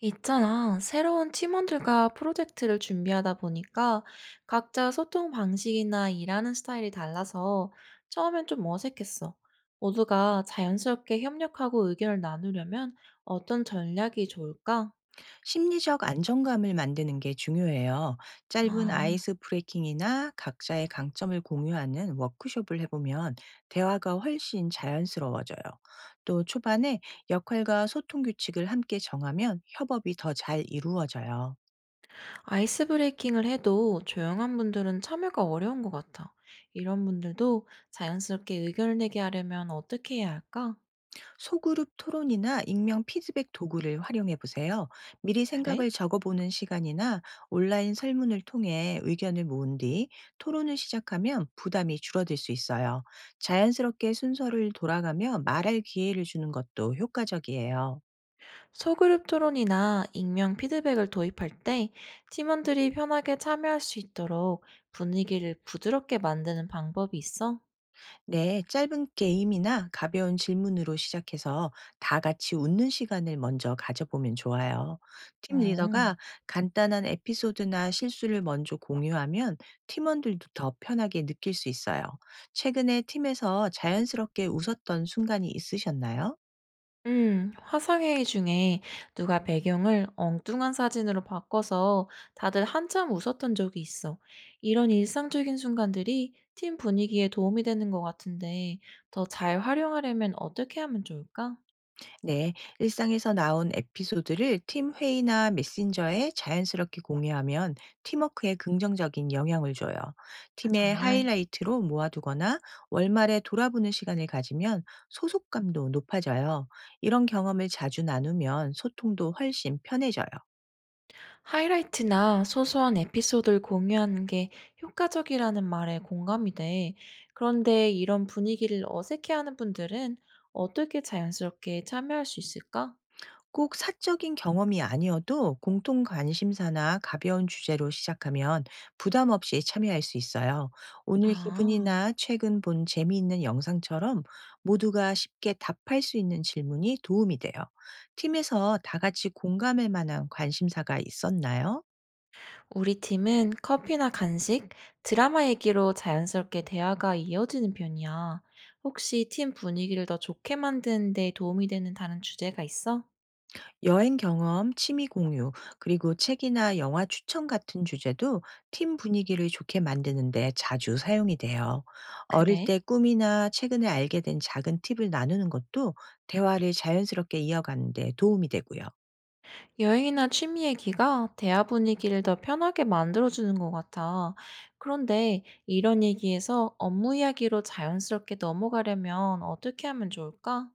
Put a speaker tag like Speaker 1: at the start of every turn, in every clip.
Speaker 1: 있잖아. 새로운 팀원들과 프로젝트를 준비하다 보니까 각자 소통 방식이나 일하는 스타일이 달라서 처음엔 좀 어색했어. 모두가 자연스럽게 협력하고 의견을 나누려면 어떤 전략이 좋을까?
Speaker 2: 심리적 안정감을 만드는 게 중요해요. 짧은
Speaker 1: 아,
Speaker 2: 아이스 브레이킹이나 각자의 강점을 공유하는 워크숍을 해보면 대화가 훨씬 자연스러워져요. 또 초반에 역할과 소통 규칙을 함께 정하면 협업이 더 잘 이루어져요.
Speaker 1: 아이스 브레이킹을 해도 조용한 분들은 참여가 어려운 것 같아. 이런 분들도 자연스럽게 의견을 내게 하려면 어떻게 해야 할까?
Speaker 2: 소그룹 토론이나 익명 피드백 도구를 활용해 보세요. 미리
Speaker 1: 그래?
Speaker 2: 생각을 적어보는 시간이나 온라인 설문을 통해 의견을 모은 뒤 토론을 시작하면 부담이 줄어들 수 있어요. 자연스럽게 순서를 돌아가며 말할 기회를 주는 것도 효과적이에요.
Speaker 1: 소그룹 토론이나 익명 피드백을 도입할 때 팀원들이 편하게 참여할 수 있도록 분위기를 부드럽게 만드는 방법이 있어?
Speaker 2: 네, 짧은 게임이나 가벼운 질문으로 시작해서 다 같이 웃는 시간을 먼저 가져보면 좋아요. 팀
Speaker 1: 어.
Speaker 2: 리더가 간단한 에피소드나 실수를 먼저 공유하면 팀원들도 더 편하게 느낄 수 있어요. 최근에 팀에서 자연스럽게 웃었던 순간이 있으셨나요?
Speaker 1: 화상회의 중에 누가 배경을 엉뚱한 사진으로 바꿔서 다들 한참 웃었던 적이 있어. 이런 일상적인 순간들이 팀 분위기에 도움이 되는 것 같은데 더 잘 활용하려면 어떻게 하면 좋을까?
Speaker 2: 네, 일상에서 나온 에피소드를 팀 회의나 메신저에 자연스럽게 공유하면 팀워크에 긍정적인 영향을 줘요.
Speaker 1: 아,
Speaker 2: 팀의
Speaker 1: 정말.
Speaker 2: 하이라이트로 모아두거나 월말에 돌아보는 시간을 가지면 소속감도 높아져요. 이런 경험을 자주 나누면 소통도 훨씬 편해져요.
Speaker 1: 하이라이트나 소소한 에피소드를 공유하는 게 효과적이라는 말에 공감이 돼. 그런데 이런 분위기를 어색해하는 분들은 어떻게 자연스럽게 참여할 수 있을까?
Speaker 2: 꼭 사적인 경험이 아니어도 공통 관심사나 가벼운 주제로 시작하면 부담 없이 참여할 수 있어요. 오늘
Speaker 1: 아,
Speaker 2: 기분이나 최근 본 재미있는 영상처럼 모두가 쉽게 답할 수 있는 질문이 도움이 돼요. 팀에서 다 같이 공감할 만한 관심사가 있었나요?
Speaker 1: 우리 팀은 커피나 간식, 드라마 얘기로 자연스럽게 대화가 이어지는 편이야. 혹시 팀 분위기를 더 좋게 만드는 데 도움이 되는 다른 주제가 있어?
Speaker 2: 여행 경험, 취미 공유, 그리고 책이나 영화 추천 같은 주제도 팀 분위기를 좋게 만드는데 자주 사용이 돼요. 어릴
Speaker 1: 그래?
Speaker 2: 때 꿈이나 최근에 알게 된 작은 팁을 나누는 것도 대화를 자연스럽게 이어가는 데 도움이 되고요.
Speaker 1: 여행이나 취미 얘기가 대화 분위기를 더 편하게 만들어주는 것 같아. 그런데 이런 얘기에서 업무 이야기로 자연스럽게 넘어가려면 어떻게 하면 좋을까?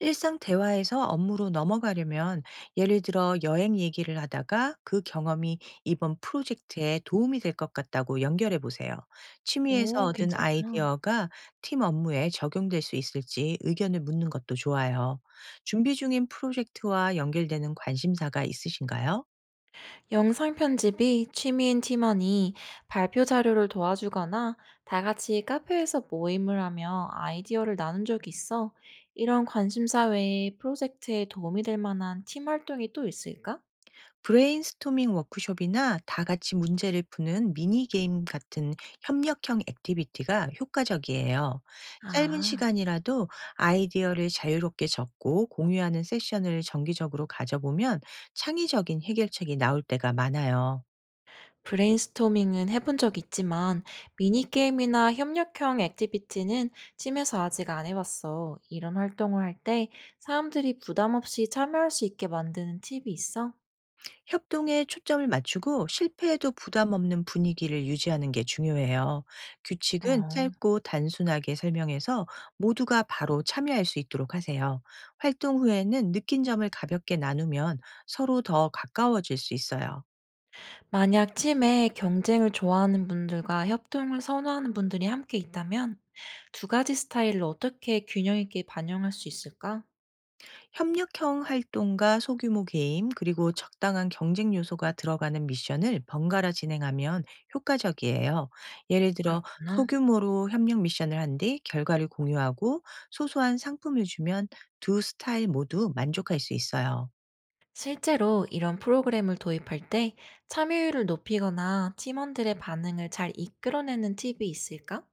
Speaker 2: 일상 대화에서 업무로 넘어가려면 예를 들어 여행 얘기를 하다가 그 경험이 이번 프로젝트에 도움이 될 것 같다고 연결해 보세요. 취미에서
Speaker 1: 오,
Speaker 2: 얻은
Speaker 1: 괜찮다.
Speaker 2: 아이디어가 팀 업무에 적용될 수 있을지 의견을 묻는 것도 좋아요. 준비 중인 프로젝트와 연결되는 관심사가 있으신가요?
Speaker 1: 영상 편집이 취미인 팀원이 발표 자료를 도와주거나 다 같이 카페에서 모임을 하며 아이디어를 나눈 적이 있어. 이런 관심사 외에 프로젝트에 도움이 될 만한 팀 활동이 또 있을까?
Speaker 2: 브레인스토밍 워크숍이나 다 같이 문제를 푸는 미니게임 같은 협력형 액티비티가 효과적이에요. 짧은
Speaker 1: 아.
Speaker 2: 시간이라도 아이디어를 자유롭게 적고 공유하는 세션을 정기적으로 가져보면 창의적인 해결책이 나올 때가 많아요.
Speaker 1: 브레인스토밍은 해본 적 있지만 미니게임이나 협력형 액티비티는 팀에서 아직 안 해봤어. 이런 활동을 할 때 사람들이 부담 없이 참여할 수 있게 만드는 팁이 있어?
Speaker 2: 협동에 초점을 맞추고 실패에도 부담 없는 분위기를 유지하는 게 중요해요.
Speaker 1: 어,
Speaker 2: 규칙은 짧고 단순하게 설명해서 모두가 바로 참여할 수 있도록 하세요. 활동 후에는 느낀 점을 가볍게 나누면 서로 더 가까워질 수 있어요.
Speaker 1: 만약 팀에 경쟁을 좋아하는 분들과 협동을 선호하는 분들이 함께 있다면 두 가지 스타일을 어떻게 균형 있게 반영할 수 있을까?
Speaker 2: 협력형 활동과 소규모 게임, 그리고 적당한 경쟁 요소가 들어가는 미션을 번갈아 진행하면 효과적이에요. 예를 들어,
Speaker 1: 그렇구나.
Speaker 2: 소규모로 협력 미션을 한 뒤 결과를 공유하고 소소한 상품을 주면 두 스타일 모두 만족할 수 있어요.
Speaker 1: 실제로 이런 프로그램을 도입할 때 참여율을 높이거나 팀원들의 반응을 잘 이끌어내는 팁이 있을까?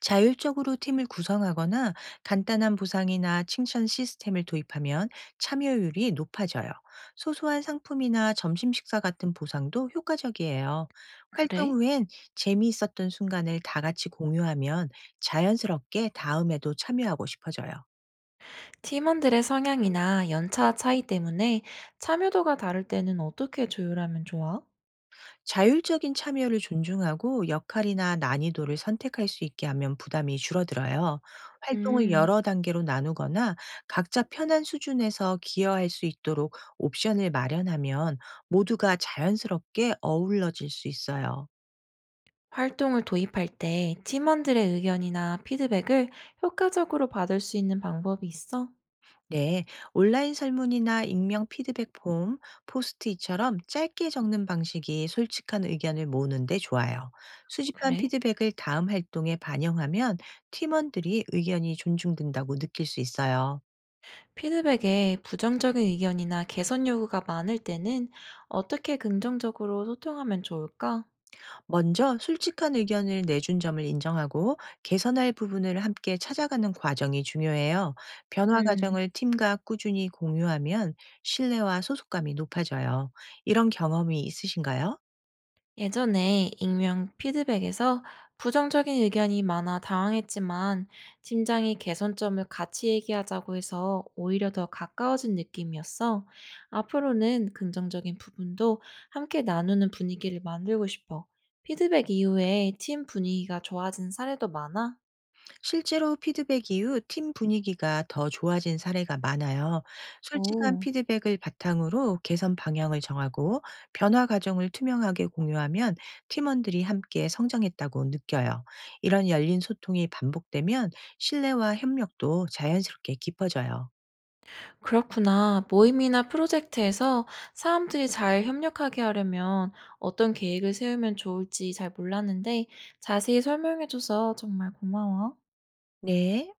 Speaker 2: 자율적으로 팀을 구성하거나 간단한 보상이나 칭찬 시스템을 도입하면 참여율이 높아져요. 소소한 상품이나 점심 식사 같은 보상도 효과적이에요. 활동
Speaker 1: 그래?
Speaker 2: 후엔 재미있었던 순간을 다 같이 공유하면 자연스럽게 다음에도 참여하고 싶어져요.
Speaker 1: 팀원들의 성향이나 연차 차이 때문에 참여도가 다를 때는 어떻게 조율하면 좋아?
Speaker 2: 자율적인 참여를 존중하고 역할이나 난이도를 선택할 수 있게 하면 부담이 줄어들어요. 활동을
Speaker 1: 음,
Speaker 2: 여러 단계로 나누거나 각자 편한 수준에서 기여할 수 있도록 옵션을 마련하면 모두가 자연스럽게 어우러질 수 있어요.
Speaker 1: 활동을 도입할 때 팀원들의 의견이나 피드백을 효과적으로 받을 수 있는 방법이 있어?
Speaker 2: 네, 온라인 설문이나 익명 피드백 폼, 포스트잇처럼 짧게 적는 방식이 솔직한 의견을 모으는데 좋아요. 수집한
Speaker 1: 그래?
Speaker 2: 피드백을 다음 활동에 반영하면 팀원들이 의견이 존중된다고 느낄 수 있어요.
Speaker 1: 피드백에 부정적인 의견이나 개선 요구가 많을 때는 어떻게 긍정적으로 소통하면 좋을까?
Speaker 2: 먼저 솔직한 의견을 내준 점을 인정하고 개선할 부분을 함께 찾아가는 과정이 중요해요. 변화
Speaker 1: 음,
Speaker 2: 과정을 팀과 꾸준히 공유하면 신뢰와 소속감이 높아져요. 이런 경험이 있으신가요?
Speaker 1: 예전에 익명 피드백에서 부정적인 의견이 많아 당황했지만 팀장이 개선점을 같이 얘기하자고 해서 오히려 더 가까워진 느낌이었어. 앞으로는 긍정적인 부분도 함께 나누는 분위기를 만들고 싶어. 피드백 이후에 팀 분위기가 좋아진 사례도 많아?
Speaker 2: 실제로 피드백 이후 팀 분위기가 더 좋아진 사례가 많아요. 솔직한
Speaker 1: 오.
Speaker 2: 피드백을 바탕으로 개선 방향을 정하고 변화 과정을 투명하게 공유하면 팀원들이 함께 성장했다고 느껴요. 이런 열린 소통이 반복되면 신뢰와 협력도 자연스럽게 깊어져요.
Speaker 1: 그렇구나. 모임이나 프로젝트에서 사람들이 잘 협력하게 하려면 어떤 계획을 세우면 좋을지 잘 몰랐는데 자세히 설명해줘서 정말 고마워.
Speaker 2: 네.